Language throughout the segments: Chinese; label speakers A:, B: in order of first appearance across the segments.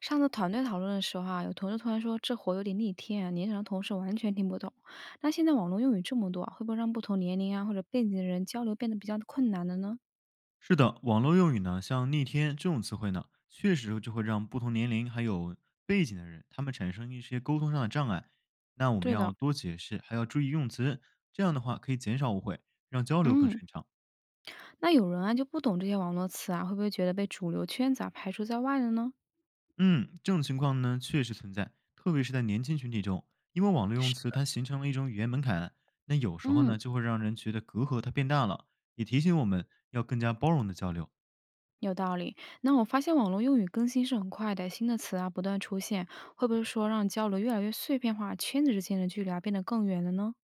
A: 上次团队讨论的时候啊，有同事突然说这活有点逆天啊，年长的同事完全听不懂。那现在网络用语这么多啊会不会让不同年龄啊或者背景的人交流变得比较困难了呢？
B: 是的，网络用语呢，像“逆天”这种词汇呢，确实就会让不同年龄还有背景的人，他们产生一些沟通上的障碍。那我们
A: 对的。
B: 要多解释，还要注意用词，这样的话可以减少误会，让交流更
A: 嗯，
B: 顺畅。
A: 那有人啊就不懂这些网络词啊，会不会觉得被主流圈子啊排除在外了呢？
B: 嗯，这种情况呢确实存在，特别是在年轻群体中，因为网络用
A: 是。
B: 词它形成了一种语言门槛，那有时候
A: 嗯，
B: 呢就会让人觉得隔阂它变大了，也提醒我们要更加包容的交流。
A: 有道理。那我发现网络用语更新是很快的，新的词啊不断出现，会不会说让交流越来越碎片化，圈子之间的距离啊变得更远了呢？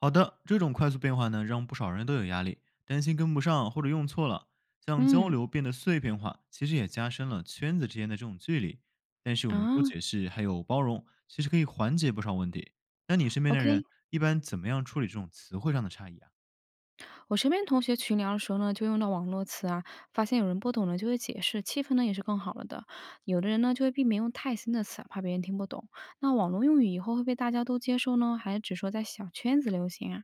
B: 好的，这种快速变化呢，让不少人都有压力，担心跟不上或者用错了。像交
A: 嗯
B: 流变得碎片化，其实也加深了圈子之间的这种距离。但是我
A: 啊
B: 们多解释还有包容，其实可以缓解不少问题。那你身边的
A: ，OK。
B: 人一般怎么样处理这种词汇上的差异啊？
A: 我身边同学群聊的时候呢，就用到网络词啊，发现有人不懂了就会解释，气氛呢也是更好了的。有的人呢就会避免用太新的词啊，怕别人听不懂。那网络用语以后会被大家都接受呢，还是只说在小圈子流行啊？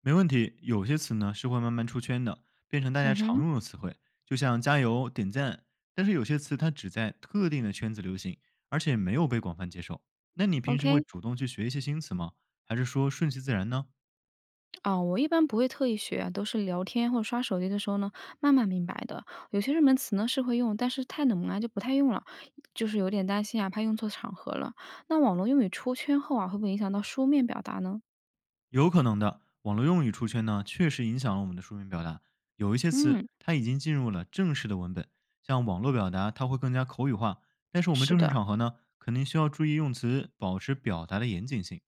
B: 没问题，有些词呢是会慢慢出圈的，变成大家
A: 嗯
B: 常
A: 哼。
B: 用的词汇，就像加油、点赞。但是有些词它只在特定的圈子流行，而且没有被广泛接受。那你平时
A: OK
B: 会主动去学一些新词吗？还是说顺其自然呢？
A: 啊，我一般不会特意学啊，都是聊天或者刷手机的时候呢，慢慢明白的。有些热门词呢是会用，但是太冷门啊就不太用了，就是有点担心啊，怕用错场合了。那网络用语出圈后啊，会不会影响到书面表达呢？
B: 有可能的，网络用语出圈呢，确实影响了我们的书面表达。有一些词
A: 嗯。
B: 它已经进入了正式的文本，像网络表达，它会更加口语化。但是我们
A: 是
B: 正式
A: 的，
B: 场合呢，肯定需要注意用词，保持表达的严谨性。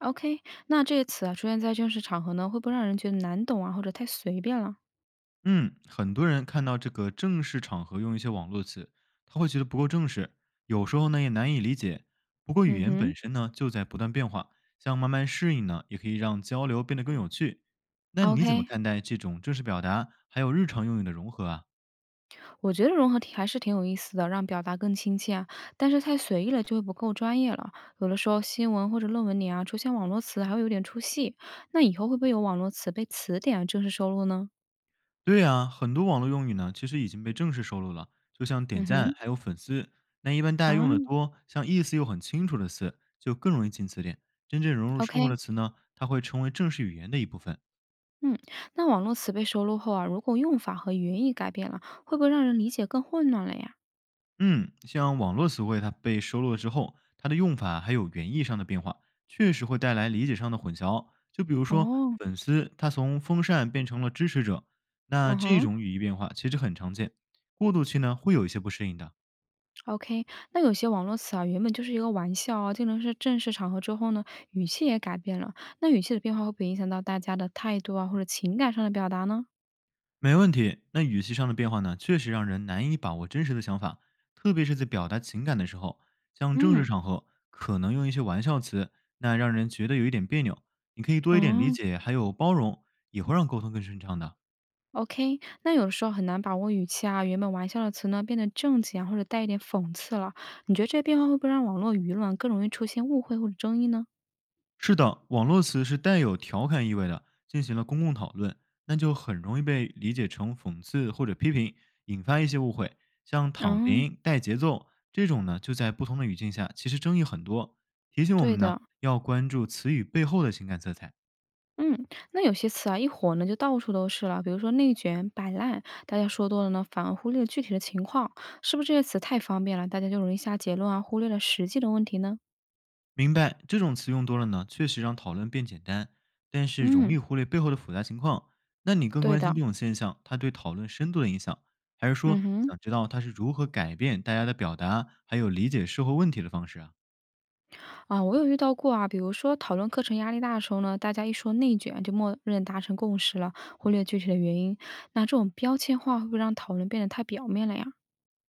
A: OK，那这些词啊，出现在正式场合呢，会不会让人觉得难懂啊，或者太随便了？
B: 嗯，很多人看到这个正式场合用一些网络词，他会觉得不够正式，有时候呢也难以理解。不过语
A: 嗯
B: 言
A: 哼，
B: 本身呢就在不断变化，像慢慢适应呢，也可以让交流变得更有趣。那你怎么
A: OK，
B: 看待这种正式表达还有日常用语的融合啊？
A: 我觉得融合体还是挺有意思的，让表达更亲切啊。但是太随意了就会不够专业了。有的时候新闻或者论文里啊出现网络词，还会有点出戏。那以后会不会有网络词被词典啊正式收录呢？
B: 对啊，很多网络用语呢其实已经被正式收录了，就像点
A: 嗯
B: 赞
A: 哼，
B: 还有粉丝，那一般大家用
A: 啊
B: 的多，像意思又很清楚的词就更容易进词典。真正融入生活
A: ，OK。
B: 的词呢，它会成为正式语言的一部分。
A: 嗯，那网络词被收录后啊，如果用法和原意改变了，会不会让人理解更混乱了呀？
B: 嗯，像网络词汇，它被收录了之后，它的用法还有原意上的变化，确实会带来理解上的混淆。就比如说，
A: 哦。
B: 粉丝他从风扇变成了支持者，那
A: 嗯
B: 这
A: 哼。
B: 种语义变化其实很常见，过渡期呢会有一些不适应的。
A: OK，那有些网络词啊，原本就是一个玩笑啊，进入是正式场合之后呢，语气也改变了。那语气的变化会不会影响到大家的态度啊，或者情感上的表达呢？
B: 没问题，那语气上的变化呢，确实让人难以把握真实的想法，特别是在表达情感的时候，像正式
A: 嗯，
B: 场合可能用一些玩笑词，那让人觉得有一点别扭。你可以多一点理
A: 哦
B: 解，还有包容，也会让沟通更顺畅的。
A: ，OK，那有的时候很难把握语气啊，原本玩笑的词呢变得正经啊，或者带一点讽刺了。你觉得这些变化会不会让网络舆论更容易出现误会或者争议呢？
B: 是的，网络词是带有调侃意味的，进行了公共讨论，那就很容易被理解成讽刺或者批评，引发一些误会。像“躺
A: 嗯，
B: 平”“带节奏”这种呢，就在不同的语境下，其实争议很多。提醒我
A: 对
B: 们呢，
A: 的。
B: 要关注词语背后的情感色彩。
A: 嗯，那有些词啊，一火呢就到处都是了，比如说内卷、摆烂，大家说多了呢，反而忽略了具体的情况，是不是这些词太方便了，大家就容易下结论啊，忽略了实际的问题呢？
B: 明白，这种词用多了呢，确实让讨论变简单，但是容
A: 嗯，
B: 易忽略背后的复杂情况。那你更
A: 对
B: 关
A: 的。
B: 心这种现象它对讨论深度的影响，还是
A: 嗯
B: 说
A: 哼，
B: 想知道它是如何改变大家的表达，还有理解社会问题的方式啊？
A: 啊，我有遇到过啊，比如说讨论课程压力大的时候呢，大家一说内卷就默认达成共识了，忽略具体的原因，那这种标签化会不会让讨论变得太表面了呀？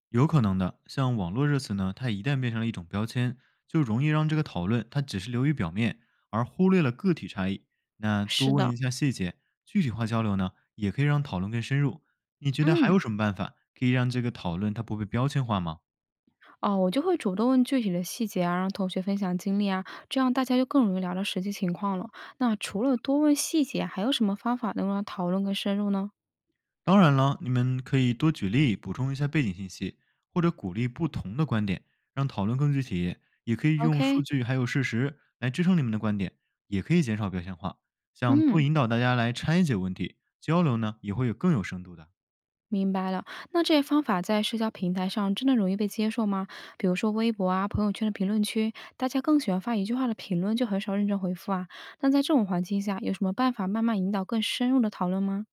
B: 有可能的，像网络热词呢，它一旦变成了一种标签，就容易让这个讨论它只是流于表面，而忽略了个体差异。那多
A: 是
B: 问
A: 的。
B: 一下细节，具体化交流呢，也可以让讨论更深入。你觉得还
A: 嗯，
B: 有什么办法可以让这个讨论它不被标签化吗？
A: 哦，我就会主动问具体的细节啊，让同学分享经历啊，这样大家就更容易聊到实际情况了。那除了多问细节，还有什么方法能让讨论更深入呢
B: 当然了，你们可以多举例，补充一下背景信息，或者鼓励不同的观点，让讨论更具体。也可以用数
A: ？OK。
B: 据还有事实来支撑你们的观点，也可以减少标签化。想多
A: 嗯，
B: 引导大家来拆解问题，交流呢也会有更有深度的。
A: 明白了。那这些方法在社交平台上真的容易被接受吗？比如说微博啊、朋友圈的评论区，大家更喜欢发一句话的评论，就很少认真回复啊。那在这种环境下，有什么办法慢慢引导更深入的讨论吗？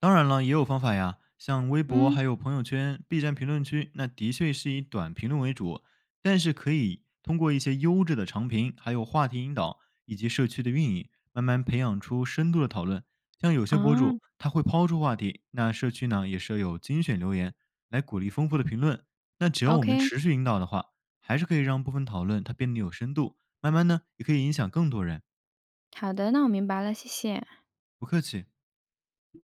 B: 当然了，也有方法呀，像微博、
A: 嗯
B: 还有朋友圈、B 站评论区，那的确是以短评论为主，但是可以通过一些优质的长评，还有话题引导以及社区的运营，慢慢培养出深度的讨论。像有些博
A: 啊
B: 主他会抛出话题，那社区呢也设有精选留言来鼓励丰富的评论。那只要我们
A: ，OK，
B: 持续引导的话，还是可以让部分讨论它变得有深度，慢慢呢也可以影响更多人。
A: 好的，那我明白了，谢谢。
B: 不客气。